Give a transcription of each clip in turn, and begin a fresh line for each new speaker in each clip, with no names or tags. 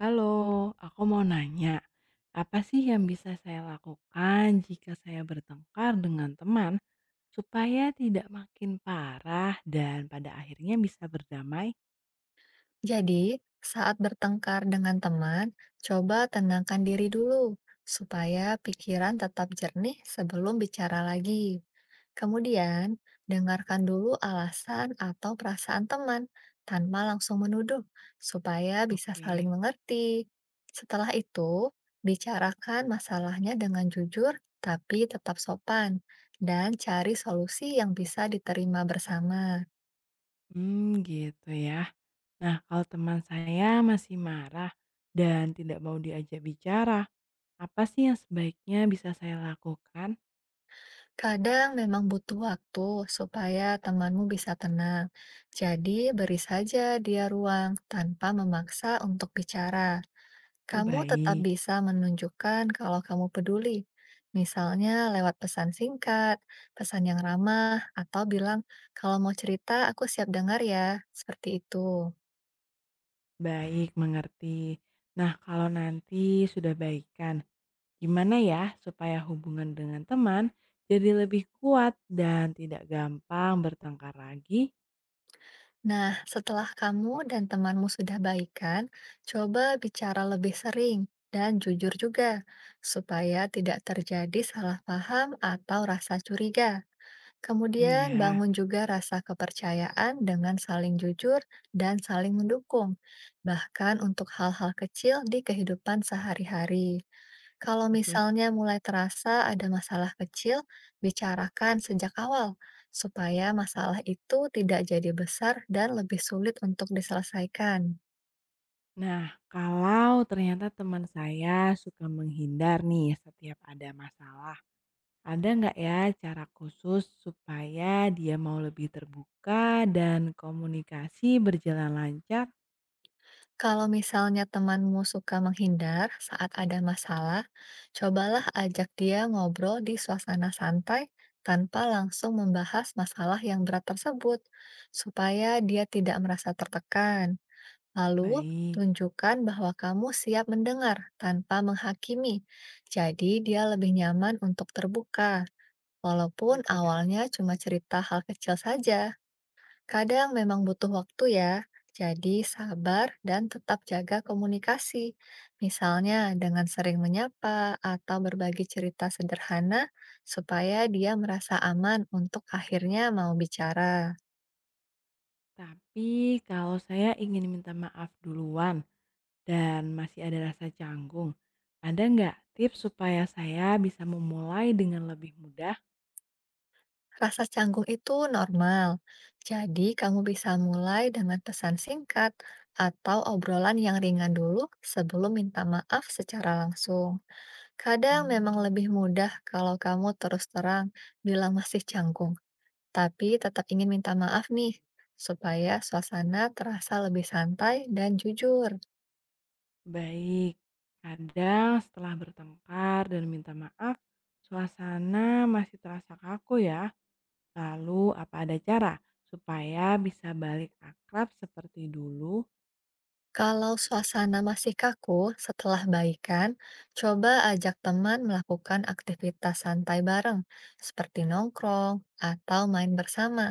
Halo, aku mau nanya, apa sih yang bisa saya lakukan jika saya bertengkar dengan teman supaya tidak makin parah dan pada akhirnya bisa berdamai?
Jadi, saat bertengkar dengan teman, coba tenangkan diri dulu supaya pikiran tetap jernih sebelum bicara lagi. Kemudian, dengarkan dulu alasan atau perasaan teman tanpa langsung menuduh supaya bisa saling
Oke.
mengerti. Setelah itu, bicarakan masalahnya dengan jujur tapi tetap sopan dan cari solusi yang bisa diterima bersama.
Gitu ya. Nah, kalau teman saya masih marah dan tidak mau diajak bicara, apa sih yang sebaiknya bisa saya lakukan?
Kadang memang butuh waktu supaya temanmu bisa tenang. Jadi, beri saja dia ruang tanpa memaksa untuk bicara.
Oh,
Kamu tetap
baik,
bisa menunjukkan kalau kamu peduli. Misalnya lewat pesan singkat, pesan yang ramah, atau bilang, "Kalau mau cerita, aku siap dengar ya." Seperti itu.
baik, mengerti. Nah, kalau nanti sudah baikan. Gimana ya supaya hubungan dengan teman jadi lebih kuat dan tidak gampang bertengkar lagi?
Nah, setelah kamu dan temanmu sudah baikan, coba bicara lebih sering dan jujur juga, supaya tidak terjadi salah paham atau rasa curiga.
Hmm,
Kemudian
ya,
bangun juga rasa kepercayaan dengan saling jujur dan saling mendukung, bahkan untuk hal-hal kecil di kehidupan sehari-hari. Kalau
itu sih.
misalnya mulai terasa ada masalah kecil, bicarakan sejak awal supaya masalah itu tidak jadi besar dan lebih sulit untuk diselesaikan.
Nah, kalau ternyata teman saya suka menghindar nih setiap ada masalah, ada nggak ya cara khusus supaya dia mau lebih terbuka dan komunikasi berjalan lancar?
Kalau misalnya temanmu suka menghindar saat ada masalah, cobalah ajak dia ngobrol di suasana santai tanpa langsung membahas masalah yang berat tersebut, supaya dia tidak merasa tertekan. Lalu,
Baik,
tunjukkan bahwa kamu siap mendengar tanpa menghakimi. Jadi, dia lebih nyaman untuk terbuka, walaupun
gitu ya.
awalnya cuma cerita hal kecil saja. Kadang memang butuh waktu ya, jadi sabar dan tetap jaga komunikasi. Misalnya dengan sering menyapa atau berbagi cerita sederhana supaya dia merasa aman untuk akhirnya mau bicara.
Tapi kalau saya ingin minta maaf duluan dan masih ada rasa canggung, ada nggak tips supaya saya bisa memulai dengan lebih mudah?
Rasa canggung itu normal. Jadi kamu bisa mulai dengan pesan singkat atau obrolan yang ringan dulu sebelum minta maaf secara langsung. Kadang memang lebih
Hmm.
mudah kalau kamu terus terang bilang masih canggung, tapi tetap ingin minta maaf nih, supaya suasana terasa lebih santai dan jujur.
Baik, kadang setelah bertengkar dan minta maaf, suasana masih terasa kaku ya. Lalu apa ada cara supaya bisa balik akrab seperti dulu?
Kalau suasana masih kaku setelah baikan, coba ajak teman melakukan aktivitas santai bareng, seperti nongkrong atau main bersama,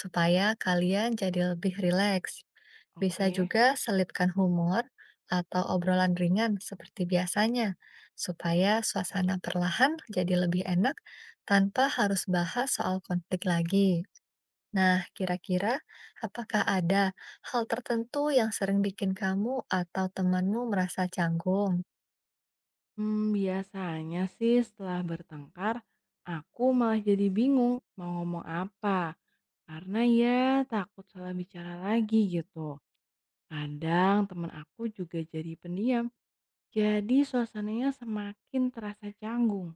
supaya kalian jadi lebih rileks. Bisa
Oke.
juga selipkan humor atau obrolan ringan seperti biasanya, supaya suasana perlahan jadi lebih enak tanpa harus bahas soal konflik lagi. Nah, kira-kira apakah ada hal tertentu yang sering bikin kamu atau temanmu merasa canggung?
Biasanya sih setelah bertengkar, aku malah jadi bingung mau ngomong apa, karena ya takut salah bicara lagi gitu. Kadang teman aku juga jadi pendiam, jadi suasananya semakin terasa canggung,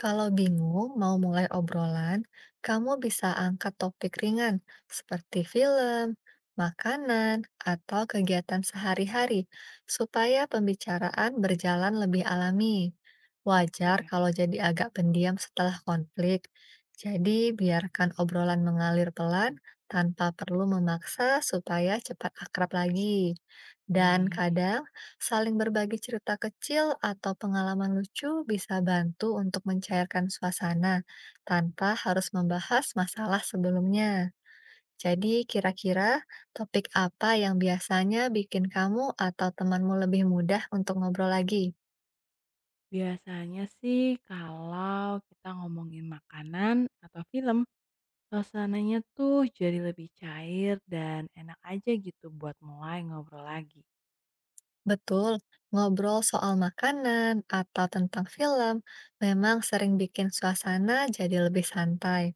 Kalau bingung mau mulai obrolan, kamu bisa angkat topik ringan seperti film, makanan, atau kegiatan sehari-hari supaya pembicaraan berjalan lebih alami.
gitu
Wajar
ya?
kalau jadi agak pendiam setelah konflik, jadi biarkan obrolan mengalir pelan tanpa perlu memaksa supaya cepat akrab lagi. Dan
Baik.
kadang saling berbagi cerita kecil atau pengalaman lucu bisa bantu untuk mencairkan suasana tanpa harus membahas masalah sebelumnya. Jadi, kira-kira topik apa yang biasanya bikin kamu atau temanmu lebih mudah untuk ngobrol lagi?
Biasanya sih kalau kita ngomongin makanan atau film, suasananya tuh jadi lebih cair dan enak aja gitu buat mulai ngobrol lagi.
Betul, ngobrol soal makanan atau tentang film memang sering bikin suasana jadi lebih santai.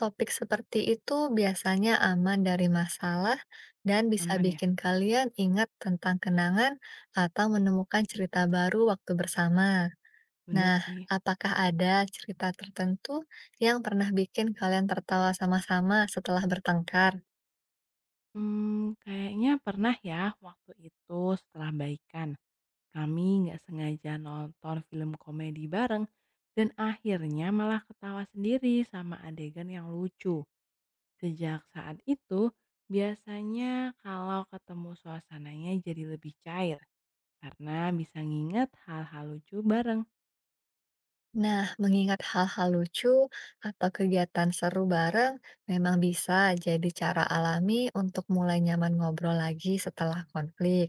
Topik seperti itu biasanya aman dari masalah dan bisa
Aman ya?
bikin kalian ingat tentang kenangan atau menemukan cerita baru waktu bersama.
Bener
Nah,
sih.
apakah ada cerita tertentu yang pernah bikin kalian tertawa sama-sama setelah bertengkar?
Kayaknya pernah ya waktu itu setelah baikan, kami nggak sengaja nonton film komedi bareng dan akhirnya malah ketawa sendiri sama adegan yang lucu. Sejak saat itu, biasanya kalau ketemu suasananya jadi lebih cair karena bisa nginget hal-hal lucu bareng.
Nah, mengingat hal-hal lucu atau kegiatan seru bareng memang bisa jadi cara alami untuk mulai nyaman ngobrol lagi setelah konflik.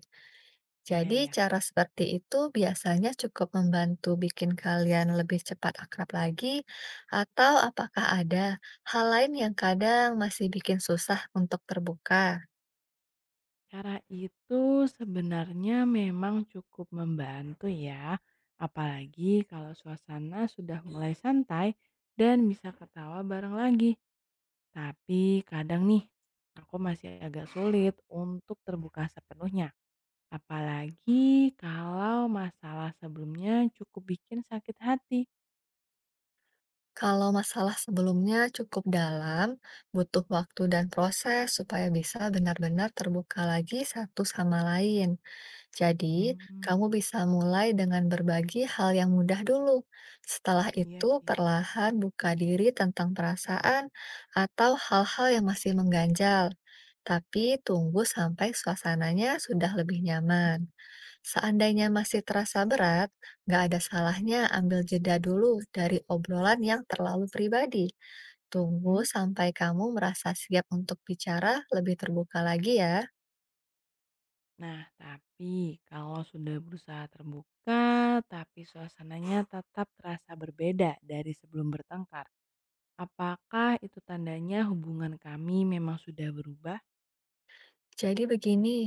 Iya
Jadi
ya?
cara seperti itu biasanya cukup membantu bikin kalian lebih cepat akrab lagi, atau apakah ada hal lain yang kadang masih bikin susah untuk terbuka?
Cara itu sebenarnya memang cukup membantu ya, apalagi kalau suasana sudah mulai santai dan bisa ketawa bareng lagi. Tapi kadang nih, aku masih agak sulit untuk terbuka sepenuhnya. Apalagi kalau masalah sebelumnya cukup bikin sakit hati.
Kalau masalah sebelumnya cukup dalam, butuh waktu dan proses supaya bisa benar-benar terbuka lagi satu sama lain. Jadi,
Hmm,
kamu bisa mulai dengan berbagi hal yang mudah dulu. Setelah
iya
itu,
sih.
perlahan buka diri tentang perasaan atau hal-hal yang masih mengganjal. Tapi tunggu sampai suasananya sudah lebih nyaman. Seandainya masih terasa berat, nggak ada salahnya ambil jeda dulu dari obrolan yang terlalu pribadi. Tunggu sampai kamu merasa siap untuk bicara lebih terbuka lagi ya.
Nah, tapi kalau sudah berusaha terbuka, tapi suasananya tetap terasa berbeda dari sebelum bertengkar. Apakah itu tandanya hubungan kami memang sudah berubah?
Jadi begini,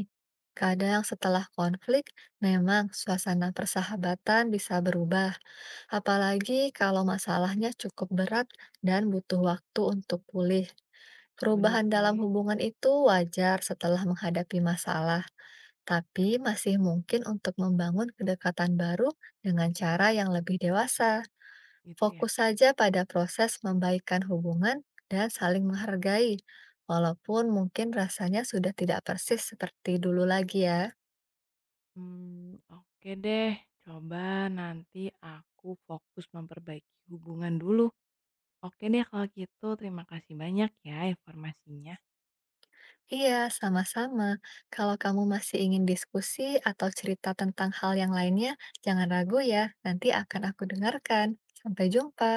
kadang setelah konflik memang suasana persahabatan bisa berubah, apalagi kalau masalahnya cukup berat dan butuh waktu untuk pulih.
Bener
Perubahan dalam
sih,
hubungan itu wajar setelah menghadapi masalah, tapi masih mungkin untuk membangun kedekatan baru dengan cara yang lebih dewasa.
gitu ya.
Fokus saja pada proses membaikkan hubungan dan saling menghargai, walaupun mungkin rasanya sudah tidak persis seperti dulu lagi ya.
Hmm, oke deh. Coba nanti aku fokus memperbaiki hubungan dulu. Oke deh kalau gitu, terima kasih banyak ya informasinya.
Iya, sama-sama. Kalau kamu masih ingin diskusi atau cerita tentang hal yang lainnya, jangan ragu ya, nanti akan aku dengarkan. Sampai jumpa.